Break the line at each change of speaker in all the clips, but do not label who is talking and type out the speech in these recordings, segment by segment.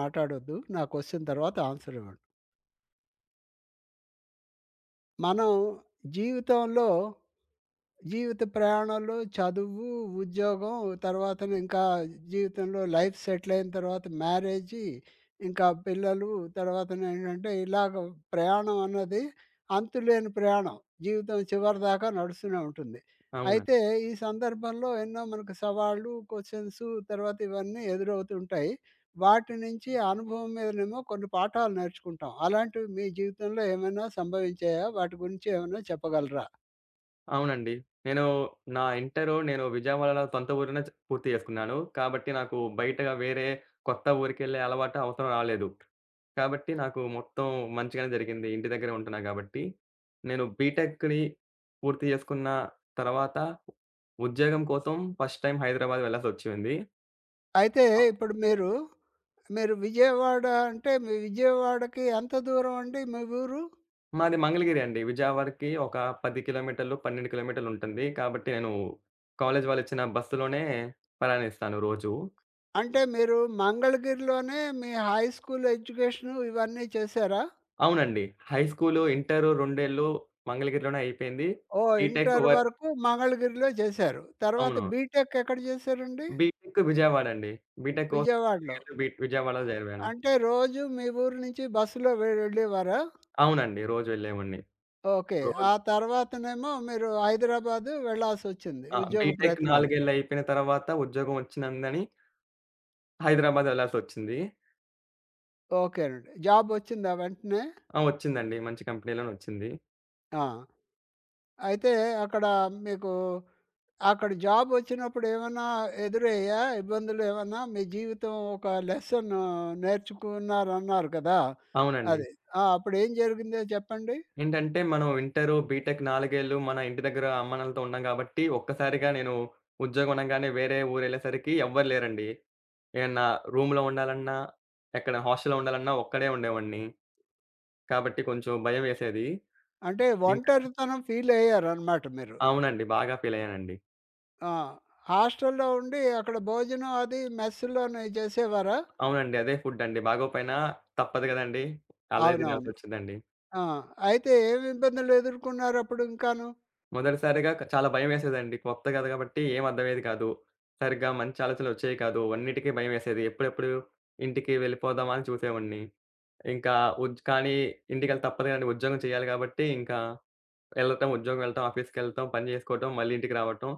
మాట్లాడొద్దు. నాకు వచ్చిన తర్వాత ఆన్సర్ ఇవ్వండి. మనం జీవితంలో జీవిత ప్రయాణంలో చదువు, ఉద్యోగం తర్వాతను ఇంకా జీవితంలో లైఫ్ సెటిల్ అయిన తర్వాత మ్యారేజి, ఇంకా పిల్లలు తర్వాతనేంటంటే ఇలాగ ప్రయాణం అన్నది అంతులేని ప్రయాణం. జీవితం చివరిదాకా నడుస్తూనే ఉంటుంది.
అవునండి.
అయితే ఈ సందర్భంలో ఎన్నో మనకు సవాళ్ళు, క్వెషన్స్ తర్వాత ఇవన్నీ ఎదురవుతుంటాయి. వాటి నుంచి అనుభవం మీదనేమో కొన్ని పాఠాలు నేర్చుకుంటాం. అలాంటివి మీ జీవితంలో ఏమైనా సంభవించాయా? వాటి గురించి ఏమైనా చెప్పగలరా?
అవునండి. నేను నా ఇంటరు నేను విజయవాడలో సొంత ఊరినే పూర్తి చేసుకున్నాను. కాబట్టి నాకు బయటగా వేరే కొత్త ఊరికెళ్ళే అలవాటు అవసరం రాలేదు. కాబట్టి నాకు మొత్తం మంచిగానే జరిగింది, ఇంటి దగ్గరే ఉంటున్నా గాబట్టి. నేను బీటెక్‌ని పూర్తి చేసుకున్న తర్వాత ఉద్యోగం కోసం ఫస్ట్ టైమ్ హైదరాబాద్ వెళ్ళాల్సొచ్చింది.
అయితే ఇప్పుడు మీరు, మీరు విజయవాడ అంటే మీ విజయవాడకి ఎంత దూరం అండి మీ ఊరు?
మాది మంగళగిరి అండి. విజయవాడకి ఒక 10 కిలోమీటర్లు, 12 కిలోమీటర్లుంటుంది. కాబట్టి నేను కాలేజీ వాళ్ళిచ్చిన బస్సులోనే ప్రయాణిస్తాను రోజూ.
అంటే మీరు మంగళగిరిలోనే మీ హై స్కూల్ ఎడ్యుకేషను ఇవన్నీ చేశారా?
అవునండి. హై స్కూలు, ఇంటరు రెండేళ్ళు మంగళగిరిలోనే అయిపోయింది.
ఓహ్!
బీటెక్
ఇంటర్
వర్
వరకు మంగళగిరిలో చేశారు. తర్వాత
అవును,
బీటెక్ ఎక్కడ చేశారండి?
బీటెక్ విజయవాడ అండి. బీటెక్ కోసం
విజయవాడలో.
4 బీ విజయవాడలో చదివాను.
అంటే రోజు మీ ఊరు నుంచి బస్సులో వెళ్ళేవారా?
అవునండి, రోజు వెళ్ళేవాడిని.
ఓకే. ఆ
రోజు
తర్వాతనేమో మీరు హైదరాబాదు వెళ్ళాల్సొచ్చింది
ఆ!
ఉద్యోగ
బీటెక్ 4
ప్రయత్నాలకి.
ఏళ్ళు అయిపోయిన తర్వాత ఉద్యోగం వచ్చినందని హైదరాబాద్ వెళ్ళాల్సొచ్చింది.
ఓకేనండి. జాబ్ వచ్చిందా వెంటనే?
ఆ, వచ్చిందండి. మంచి కంపెనీలోనే వచ్చింది.
ఆ! అయితే అక్కడ మీకు అక్కడ జాబ్ వచ్చినప్పుడు ఏమన్నా ఎదురయ్యాయా? ఇబ్బందులు ఏమన్నా? మీ జీవితం ఒక లెసన్ నేర్చుకున్నారన్నారు కదా!
అవునండి.
అది. ఆ! అప్పుడేం జరిగిందో చెప్పండి?
ఏంటంటే మనం ఇంటరు, బీటెక్ 4 ఏళ్ళు మన ఇంటి దగ్గర అమ్మానాన్నలతో ఉన్నాం కాబట్టి, ఒక్కసారిగా నేను ఉద్యోగం అనంగానే వేరే ఊరెళ్ళేసరికి ఎవ్వరు లేరండి. ఏమన్నా రూమ్‌లో ఉండాలన్నా, ఎక్కడ హాస్టల్‌లో ఉండాలన్నా ఒక్కడే ఉండేవాడిని. కాబట్టి కొంచెం భయమేసేది.
అంటే
ఇంకా
ఒంటరితనం ఫీల్ అయ్యారనమాట మీరు.
అవునండి, బాగా ఫీలయ్యానండి.
ఆ! హాస్టల్‌లో ఉండి అక్కడ భోజనం అది మెస్‌లోనే చేసేవారా?
అవునండి, అదే ఫుడ్డండి. బాగోపోయినా తప్పదు గదండీ! అలాగే
అవునవును.
తినాల్సొచ్చిందండి.
ఆ! అయితే ఏమి ఇబ్బందులు ఎదుర్కొన్నారప్పుడు ఇంకాను?
మొదటిసారిగా చాలా భయమేసేదండి. కొత్త గద కాబట్టి ఏం అర్థమయ్యేది కాదు. సరిగ్గా మంచి ఆలోచనలొచ్చేవి కాదు. అన్నిటికి భయమేసేది. ఎప్పుడెప్పుడు ఇంటికి వెళ్ళిపోదామా అని చూసేవాడిని. ఇంకా కానీ ఇంటికెళ్ళి తప్పదు గదండీ! ఉద్యోగం చేయాలి కాబట్టి ఇంకా వెళ్ళటం, ఉద్యోగం వెళ్ళటం, ఆఫీస్‌కెళ్ళటం, పని జేసుకోవటం, మళ్ళీ ఇంటికి రావటం.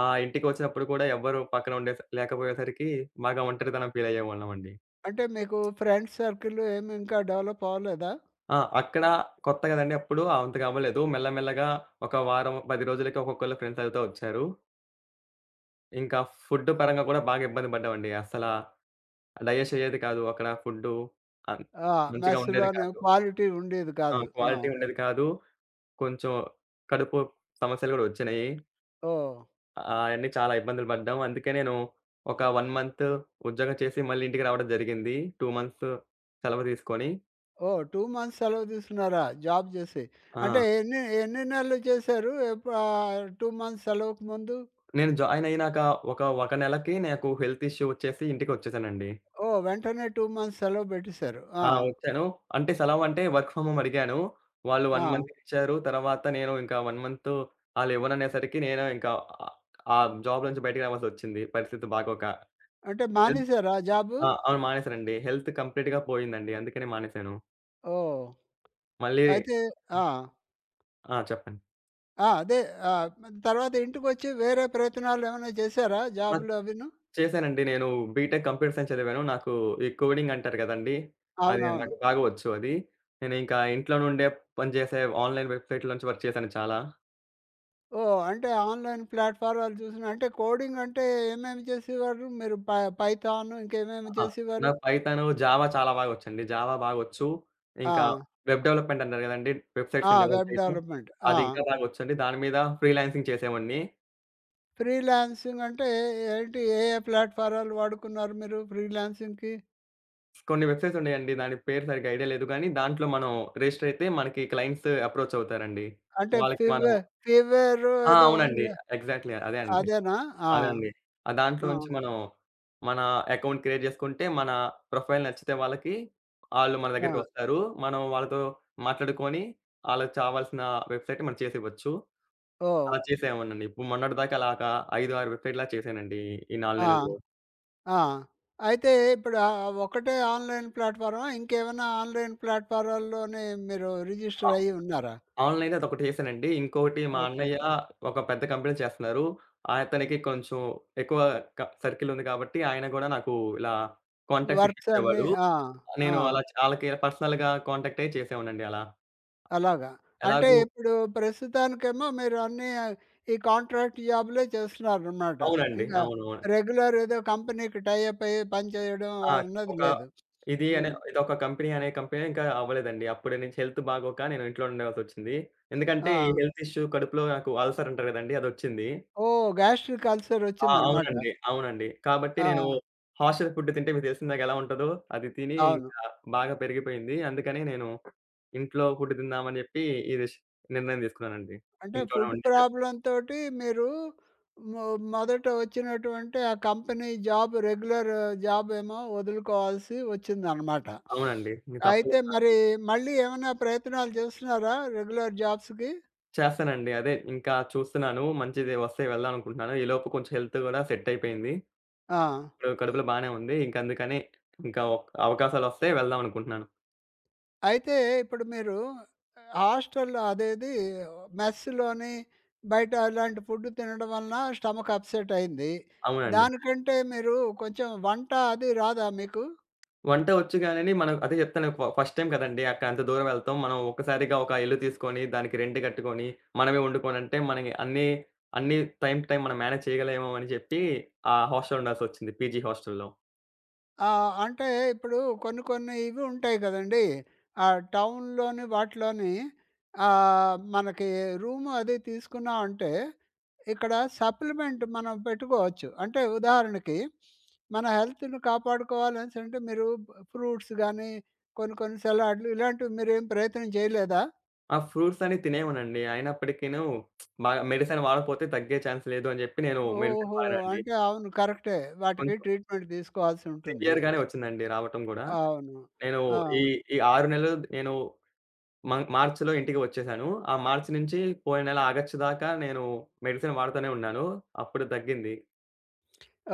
ఆ ఇంటికొచ్చినప్పుడు కూడా ఎవ్వరు పక్కన ఉండే లేకపోయేసరికి బాగా ఒంటరితనం ఫీలయ్యేవాళ్ళమండి.
అంటే మీకు ఫ్రెండ్స్ సర్కిల్ ఏమి ఇంకా డెవలప్ అవ్వలేదా?
ఆ, అక్కడ కొత్త గదండీ! అప్పుడు అంతగా అవ్వలేదు. మెల్లమెల్లగా ఒక వారం, 10 రోజులకి ఒక్కొక్కళ్ళు ఫ్రెండ్స్ అవుతా వచ్చారు. ఇంకా ఫుడ్ పరంగా కూడా బాగా ఇబ్బంది పడ్డామండి. అసలా డైజెస్ట్ అయ్యేది కాదు. అక్కడ ఫుడ్డు ఆహ్,
ఆ!
మంచిగా ఉండేది
మెస్‌లోనే
కాదు.
క్వాలిటీ ఉండేది
ఆ,
కాదు. ఆ!
క్వాలిటీ ఉండేది కాదు. కొంచెం కడుపు సమస్యలు గూడా వచ్చినియి.
ఓహ్!
అయన్నీ చాలా ఇబ్బందులు పడ్డాం. అందుకే నేను ఒక 1 మంత్ ఉద్యోగం చేసి మళ్ళీ ఇంటికి రావడం జరిగింది, 2 మంత్స్ సెలవు తీసుకొని.
ఓహ్! 2 మంత్స్ సెలవు తీసుకున్నారా? జాబ్ చేసి. అంటే
ఆ!
ఎన్ని ఎన్ని నెలలు చేశారు? 2 మంత్స్ సెలవుకి ముందు?
నేను జాయిన్ అయినాక ఒక నెలకి నాకు హెల్త్ ఇష్యూ వచ్చేసి ఇంటికొచ్చేసానండి.
ఓహ్! వెంటనే 2 మంత్స్ సెలవు పెట్టేశారు. ఆ!
ఆ, వచ్చాను. అంటే సెలవంటే వర్క్ ఫ్రమ్ హోమ్ అడిగాను. వాళ్ళు 1 మంత్
ఆ!
ఇచ్చారు. తర్వాత నేను ఇంకా 1 మంత్ ఆళ్ళివ్వననేసరికి నేను ఇంకా ఆహ్, ఆ జాబ్ నుంచి బయటికి రావాల్సొచ్చింది పరిస్థితి బాగోక.
అంటే
హెల్త్
మానేశారా జాబు?
ఆ, అవును, మానేసానండి. హెల్త్ కంప్లీట్‌గా పోయిందండి. అందుకనే మానేసాను.
ఓహ్!
మళ్ళీ
అయితే ఆ!
ఆ, చెప్పండి.
ఆ! అదే ఆహ్, తర్వాత ఇంటికొచ్చి వేరే ప్రయత్నాలేమైనా చేశారా
ఆ,
జాబులు అవిను?
చేశానండి. నేను బీటెక్ కంప్యూటర్ సైన్స్ చదివాను. నాకు ఈ కోడింగ్ అంటారు గదండీ! అది
అవునవును.
నాకు బాగా వచ్చు అది. నేను ఇంకా ఇంట్లో నుండే పనిచేసే ఆన్‌లైన్ వెబ్‌సైట్‌ల నుంచి వర్క్ చేశాను చాలా.
ఓహ్! అంటే ఆన్‌లైన్ ప్లాట్‌ఫారాలు చూసిన అంటే కోడింగ్ అంటే ఏమేమి చేసేవారు? మీరు పైథాన్ ఇంకేమేమి
ఆ,
చేసేవారు?
నాకు పైథాను, జావా చాలా బాగా వచ్చండి. జావా బాగొచ్చు.
ఆ!
ఇంకా వెబ్ డెవలప్‌మెంట్ అంటారు గదండీ!
ఆ!
వెబ్‌సైట్స్‌ని డెవలప్
వెబ్
చేయటం.
డెవలప్‌మెంట్. ఆ!
అది ఇంకా బాగా వచ్చండి. దాని మీద ఫ్రీలాన్సింగ్ చేసేవాడిని.
ఫ్రీలాన్సింగ్ అంటే ఏంటి? ఏ ఏ ప్లాట్‌ఫారాలు వాడుకున్నారు మీరు ఫ్రీలాన్సింగ్‌కి?
కొన్ని వెబ్‌సైట్స్ ఉన్నాయండి. దాని పేరు సరిగ్గా ఐడియా లేదు గానీ, దాంట్లో మనం రిజిస్టర్ అయితే మనకి క్లయింట్స్ అప్రోచ్ అవుతారండి.
అంటే
వాళ్ళకి మనం
ఫీవేర్
ఆ,
ఏదో
అవునండి.
ఉంది.
ఎగ్జాక్ట్‌లీ అదే అండి.
అదేనా? ఆ!
అదండి. ఆ
ఆ!
దాంట్లోంచి మనం మన అకౌంట్ క్రియేట్ చేసుకుంటే, మన ప్రొఫైల్ నచ్చితే వాళ్ళకి, ఆళ్ళు మన
ఆ!
దగ్గరికొస్తారు. మనం వాళ్ళతో మాట్లాడుకొని, ఆళ్ళకి చావాల్సిన వెబ్‌సైట్ మనం చేసివ్వచ్చు.
ఓహ్!
అలా చేసేవాడినండి. ఇప్పుడు మొన్నటిదాకా అలాగా 5, 6 వెబ్‌సైట్‌లా చేశానండి, ఈ 4
ఆ!
నెలల్లో.
ఆ! అయితే ఇప్పుడు ఒకటే ఆన్‌లైన్ ప్లాట్‌ఫారమా? ఇంకేమైనా ఆన్‌లైన్ ప్లాట్‌ఫారాల్లోనే మీరు
ఆ,
రిజిస్టర్ అయ్యి ఉన్నారా?
ఆన్‌లైన్‌లో అదొకటి చేశానండి. ఇంకోటి మా
ఓకే.
అన్నయ్య ఒక పెద్ద కంపెనీలో చేస్తున్నారు. అతనికి కొంచెం ఎక్కువ సర్కిల్ ఉంది కాబట్టి, ఆయన గూడా నాకు ఇలా కాంటాక్ట్స్
వర్క్స్ అన్నీ
ఇప్పించేవాడు.
ఆ! ఆ!
నేను అలా ఆళ్ళకి పర్సనల్‌గా కాంటాక్ట్ అయ్యి చేసేవాడినండి అలా.
అలాగా. అంటే
ఎలాగూ
ఇప్పుడు ప్రస్తుతానికేమో మీరు అన్నీ ఈ కాంట్రాక్ట్ జాబులే చేస్తున్నారనమాట.
అవునండి,
ఇంకా
అవునవును.
రెగ్యులర్ ఏదో కంపెనీకి టై అప్ అయ్యి పని చేయడం
ఆ,
అన్నది
ఒక
లేదు.
ఇది అనే
హ్మ్.
ఇదొక కంపెనీ అనే కంపెనీ ఇంకా అవ్వలేదండి. అప్పుడే నుంచి హెల్త్ బాగోక నేను ఇంట్లో ఉండవలసొచ్చింది. ఎందుకంటే
ఆ!
ఈ హెల్త్ ఇష్యూ కడుపులో నాకు అల్సర్ అంటారు గదండీ! అదొచ్చింది.
ఓహ్! గ్యాస్ట్రిక్ అల్సర్
ఆ,
వచ్చిందనమాట.
అవునండి, అవునండి. కాబట్టి
ఆ!
నేను హాస్టల్ ఫుడ్ తింటే మీకు తెలిసిందాక ఎలా ఉంటదో, అది తిని
అవును.
ఇంకా బాగా పెరిగిపోయింది. అందుకని నేను ఇంట్లో ఫుడ్ తిందామని జెప్పి ఈ డిష్ నిర్ణయం తీసుకున్నానండి.
అంటే
ఇంట్లోనే
ఫుడ్
వండి చేస్
ప్రాబ్లమ్‌తోటి మీరు మొ మొదట వచ్చినటువంటి ఆ కంపెనీ జాబ్ రెగ్యులర్ జాబ్ ఏమో వదులుకోవాల్సి వచ్చిందనమాట.
అవునండి, ఇంక
అయితే
తప్పలేదు
మరి
నాకు.
మళ్ళీ ఏమైనా ప్రయత్నాలు చేస్తున్నారా రెగ్యులర్ జాబ్స్‌కి?
చేస్తానండి, అదే ఇంకా చూస్తున్నాను. మంచిది వస్తే వెళ్దామనుకుంటున్నాను. ఈలోపు కొంచెం హెల్త్ గూడా సెట్ అయిపోయింది.
ఆ!
ఇప్పుడు కడుపులో బానే ఉంది. ఇంక అందుకని ఇంకా అవకాశాలొస్తే వెళ్దాం అనుకుంటున్నాను.
అయితే ఇప్పుడు మీరు హాస్టల్‌లో అదేది మెస్‌లోని బయట ఇలాంటి ఫుడ్ తినడం వలన స్టమక్ అప్‌సెట్ అయింది.
అవునండి.
దానికంటే మీరు కొంచెం వంట అది రాదా మీకు?
వంట వచ్చు గానిని మనం అదే చెప్తాను, ఫస్ట్ టైమ్ కదండీ. అక్కడ అంత దూరం వెళ్తాం. మనం ఒక్కసారిగా ఒక ఇల్లు తీసుకొని, దానికి రెంట్ కట్టుకొని, మనమే వండుకోనంటే మనకి అన్నీ, అన్నీ టైమ్ టు టైమ్ మనం మేనేజ్ చేయగలేమో అని చెప్పి, ఆ హాస్టల్‌లో ఉండాల్సొచ్చింది, పీజీ హాస్టల్‌లో.
ఆ! అంటే ఇప్పుడు కొన్ని కొన్ని ఇవి ఉంటాయి కదండీ. ఆ టౌన్‌లోని వాటిలోని మనకి రూమ్ అది తీసుకున్నాం అంటే ఇక్కడ సప్లిమెంట్ మనం పెట్టుకోవచ్చు. అంటే ఉదాహరణకి మన హెల్త్‌ని కాపాడుకోవాలనేసంటే మీరు ఫ్రూట్స్ గానీ, కొన్ని కొన్ని సలాడ్లు ఇలాంటివి మీరేం ప్రయత్నం చేయలేదా?
ఆ, ఫ్రూట్స్ అన్ని తినేవాడినండి. అయినప్పటికీను బాగా మెడిసిన్ వాడకపోతే తగ్గే ఛాన్స్ లేదు అని జెప్పి నేను మెడిసిన్
ఓహో!
వాడానండి.
అంటే అవును. కరెక్టే. వాటికి
కొంచెం
ట్రీట్‌మెంట్ తీసుకోవాల్సి ఉంటుంది.
సివియర్‌గానే వచ్చిందండి రావటం గూడా.
అవును.
నేను
ఆ!
ఈ ఈ 6 నెలలు నేను మార్చ్‌లో ఇంటికి వచ్చేసాను. ఆ మార్చి నుంచి పోయిన నెల ఆగస్టు దాకా నేను మెడిసిన్ వాడుతూనే ఉన్నాను. అప్పుడు తగ్గింది.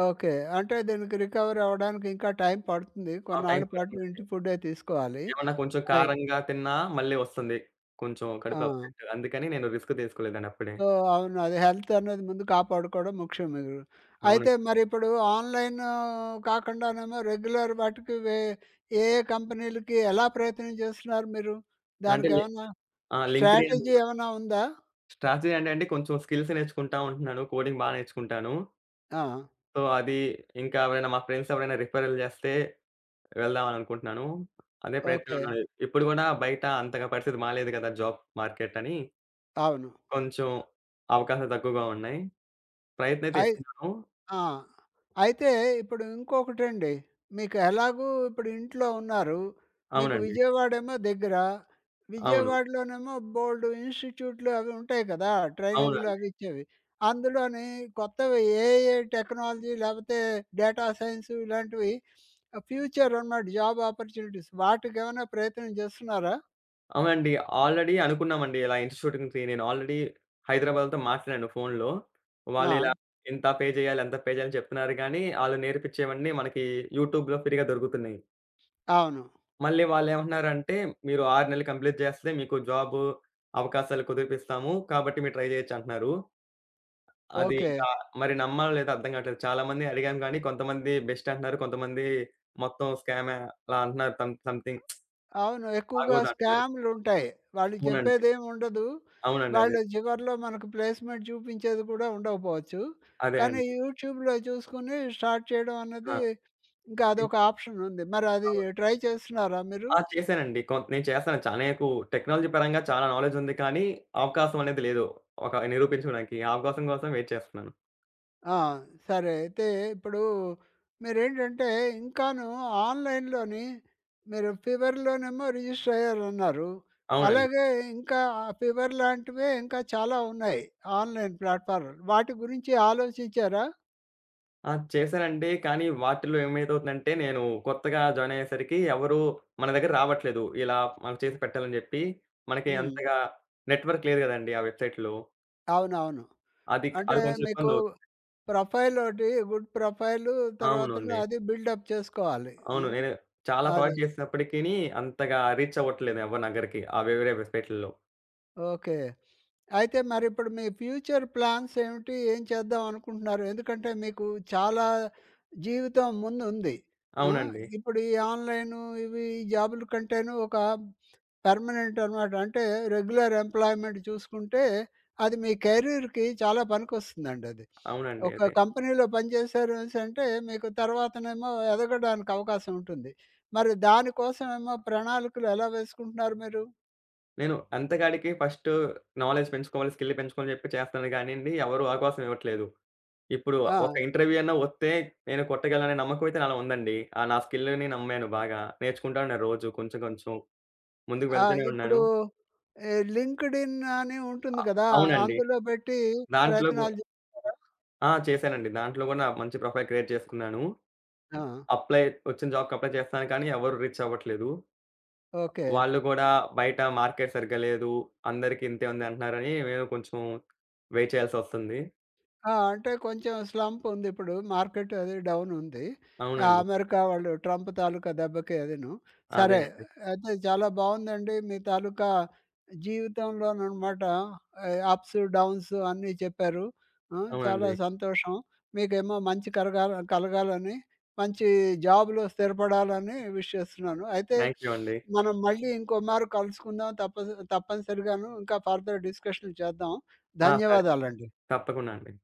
ఓకే. అంటే దీనికి రికవర్ అవ్వడానికి ఇంకా టైం పడుతుంది.
ఆ టైం
కొన్నాళ్ళ పాటు
పడుతుందండి.
ఇంటి ఫుడ్డే తీసుకోవాలి.
ఏమన్నా కొంచెం
అయి
కారంగా తిన్నా మళ్ళీ వస్తుంది. కొంచెం
ఆ!
కడుపు అప్సెట్. అందుకని నేను రిస్క్ తీసుకోలేదండి అప్పుడే.
సో, అవును. అది హెల్త్ అనేది ముందు కాపాడుకోవడం ముఖ్యం మీరు.
అవును.
అయితే మరిప్పుడు ఆన్‌లైన్ కాకుండానేమో రెగ్యులర్ వాటికి ఏ ఏ కంపెనీలకి ఎలా ప్రయత్నం చేస్తున్నారు మీరు?
అంటే లి
దానికేమన్నా
ఆ, లింక్డ్ఇన్
స్ట్రాటజీ ఏమన్నా ఉందా?
స్ట్రాటజీ అంటే అండి కొంచెం స్కిల్స్ నేర్చుకుంటా ఉంటున్నాను. కోడింగ్ బా నేర్చుకుంటాను.
ఆ!
సో, అది ఇంకా ఎవరైనా మా ఫ్రెండ్స్ ఎవరైనా రిఫరల్ చేస్తే వెళ్దామననుకుంటున్నాను. అదే ప్రయత్నంలో
ఓకే.
ఉన్నాను. ఇప్పుడు గూడా బయట అంతగా పరిస్థితి మాలేదు కదా, జాబ్ మార్కెట్ అని.
అవును.
కొంచెం అవకాశాలు తక్కువగా ఉన్నాయి. ప్రయత్నం అయితే
అయి
ఇస్తున్నాను.
ఆ! అయితే ఇప్పుడు ఇంకొకటండి. మీకు ఎలాగూ ఇప్పుడు ఇంట్లో ఉన్నారు. మీకు
అవునండి,
విజయవాడేమో దగ్గర.
అవును.
విజయవాడలోనేమో బోలెడు ఇన్‌స్టిట్యూట్లు అవి ఉంటాయి కదా! ట్రైనింగ్‌లు
అవునండి.
అవి ఇచ్చేవి. అందులోని కొత్తవి ఏ ఏ టెక్నాలజీ లేకపోతే డేటా సైన్స్ ఇలాంటివి ఫ్యూచర్ అన్నమాట జాబ్ ఆపర్చునిటీస్ వాటికేమైనా ప్రయత్నం చేస్తున్నారా?
అవునండి, ఆల్రెడీ అనుకున్నామండి. ఇలా ఇన్‌స్టిట్యూట్‌కి నేను ఆల్రెడీ హైదరాబాద్‌తో మాట్లాడాను ఫోనులో.
ఆ!
వాళ్ళిలా ఇంత పే చేయాలి, అంత పే చేయాలని చెప్తున్నారు గానీ, ఆళ్ళు నేర్పిచ్చేవన్నీ మనకి యూట్యూబ్‌లో ఫ్రీగా దొరుకుతున్నాయి.
అవును.
మళ్ళీ వాళ్ళేమంటున్నారంటే, "మీరు 6 నెలలు కంప్లీట్ చేస్తే మీకు జాబు అవకాశాలు కుదిరిపిస్తాము. కాబట్టి మీరు ట్రై చేయొచ్చు" అంటున్నారు. అది
ఓకే.
ఇంకా మరి నమ్మాలో లేదో అర్థం కావట్లేదు. చాలామందిని అడిగాం గానీ, కొంతమంది బెస్ట్ అంటున్నారు. కొంతమంది మొత్తం స్కామే అలా అంటున్నారు. సంథింగ్
అవును. ఎక్కువగా
ఆగోదంటున్నారు.
స్కామ్‌లుంటాయి. వాళ్ళు
అవునండి,
చెప్పేదేమి ఉండదు.
అవునండి, అదే.
వాళ్ళు చివరిలో మనకు ప్లేస్‌మెంట్ చూపించేది కూడా ఉండకపోవచ్చు.
అదే
కానీ
అండి.
యూట్యూబ్‌లో చూసుకొని స్టార్ట్ చేయడం
ఆ,
అన్నది ఇంకా అదొక ఆప్షన్ ఉంది. మరి అది
అవును.
ట్రై చేస్తున్నారా మీరు?
ఆ, చేశానండి. నేను చేస్తాను. చాలా నాకు టెక్నాలజీ పరంగా చాలా నాలెడ్జ్ ఉంది. కానీ, అవకాశం అనేది లేదు ఒక నిరూపించుకోడానికి. ఆ అవకాశం కోసం వెయిట్ చేస్తున్నాను.
ఆ! సరే. అయితే ఇప్పుడు మీరేంటంటే ఇంకాను ఆన్‌లైన్‌లోని మీరు ఫీవర్‌లోనేమో రిజిస్టర్ అయ్యారన్నారు.
అవునండి.
అలాగే ఇంకా ఫీవర్ లాంటివే ఇంకా చాలా ఉన్నాయి. ఆన్‌లైన్ ప్లాట్‌ఫార్మ్‌లు. వాటి గురించి ఆలోచించారా?
ఆ, చేశానండి. కానీ, వాటిల్లో ఏమైతవుతుందంటే, నేను కొత్తగా జాయిన్ అయ్యేసరికి ఎవరు మన దగ్గర రావట్లేదు ఇలా మనం చేసి పెట్టాలని జెప్పి. మనకి
హ్మ్.
అంతగా నెట్వర్క్ లేదు గదండీ ఆ వెబ్‌సైట్‌లో.
అవునవును.
అది
అంటే
అది కొంచెం
మీకు
ఇబ్బందవుతుంది.
ప్రొఫైల్ ఒకటి గుడ్ ప్రొఫైలు తర్వాతను
అవునండి,
అది బిల్డప్ చేసుకోవాలి.
అవును.
హ్మ్.
నేను చాలా
అది.
ప్రాజెక్ట్ చేసినప్పటికిని, అంతగా రీచ్ అవ్వట్లేదు ఎవరి దగ్గరికి, ఆ వేరే వెబ్‌సైట్‌లలో.
ఓకే. అయితే మరిప్పుడు మీ ఫ్యూచర్ ప్లాన్స్ ఏమిటి? ఏం చేద్దాం అనుకుంటున్నారు? ఎందుకంటే మీకు చాలా జీవితం ముందుంది. ఆ!
అవునండి,
ఇప్పుడు ఈ ఆన్‌లైను ఇవి ఈ జాబుల కంటేను ఒక పర్మనెంట్ అనమాట. అంటే రెగ్యులర్ ఎంప్లాయ్‌మెంట్ చూసుకుంటే అది మీ కెరీర్‌కి చాలా పనికొస్తుందండి అది.
అవునండి,
ఒక
అదే.
కంపెనీలో పనిచేశారు అనేసంటే మీకు తర్వాతనేమో ఎదగడానికి అవకాశం ఉంటుంది. మరి దానికోసమేమో ప్రణాళికలు ఎలా వేసుకుంటున్నారు మీరు?
నేను అంతకాడికి ఫస్టు నాలెడ్జ్ పెంచుకోవాలి, స్కిల్ పెంచుకోవాలని చెప్పి చేస్తున్నాను గానీండి, ఎవరు అవకాశం ఇవ్వట్లేదు. ఇప్పుడు
ఆ!
ఒక ఇంటర్వ్యూ అన్నా వస్తే నేను కొట్టగలననే నమ్మకం అయితే నాలో ఉందండి. నా స్కిల్‌ని నమ్మాను బాగా. నేర్చుకుంటా ఉన్నా రోజు కొంచెం, కొంచెం ముందుకు
ఆ!
వెళ్తూనే
ఇప్పుడు
ఉన్నాను.
ఈ లింక్డ్ఇన్ అని ఉంటుంది
అ
గదా!
అవునండి.
అందులో పెట్టి
దాంట్లో గూ
ప్రయత్నాలు చేస్తారా?
ఆ, చేశానండి. దాంట్లో గూడా నా మంచి ప్రొఫైల్ క్రియేట్ చేసుకున్నాను.
ఆ!
అప్లై వచ్చిన జాబ్‌కి అప్లై చేస్తున్నాను కానీ ఎవరు రీచ్ అవ్వట్లేదు.
ఓకే.
వాళ్ళు గూడా బయట మార్కెట్ సరిగ్గా లేదు, అందరికి ఇంతే ఉంది అంటున్నారని నేను కొంచెం వెయిట్ చేయాల్సొస్తుంది.
ఆ! అంటే కొంచెం స్లంప్ ఉంది ఇప్పుడు. మార్కెట్ అది డౌన్ ఉంది. ఆ!
అవునండి.
అమెరికా వాళ్ళు ట్రంప్ తాలూకా దెబ్బకి అదీను.
అదే
సరే.
అండి.
అయితే చాలా బావుందండి. మీ తాలూకా జీవితంలోననమాట అప్స్, డౌన్స్ అన్నీ చెప్పారు. ఆ! చాలా
అవునండి.
సంతోషం. మీకేమో మంచి కలగాలని, మంచి జాబ్‌లో స్థిరపడాలని విష్ చేస్తున్నాను. అయితే
థాంక్ యూ అండి.
మనం మళ్ళీ ఇంకోమారు కలుసుకుందాం. తప్పనిసరిగాను ఇంకా ఫర్దర్ డిస్కషన్‌లు చేద్దాం.
ఆ, సరే.
ధన్యవాదాలండి.
తప్పకుండా అండి.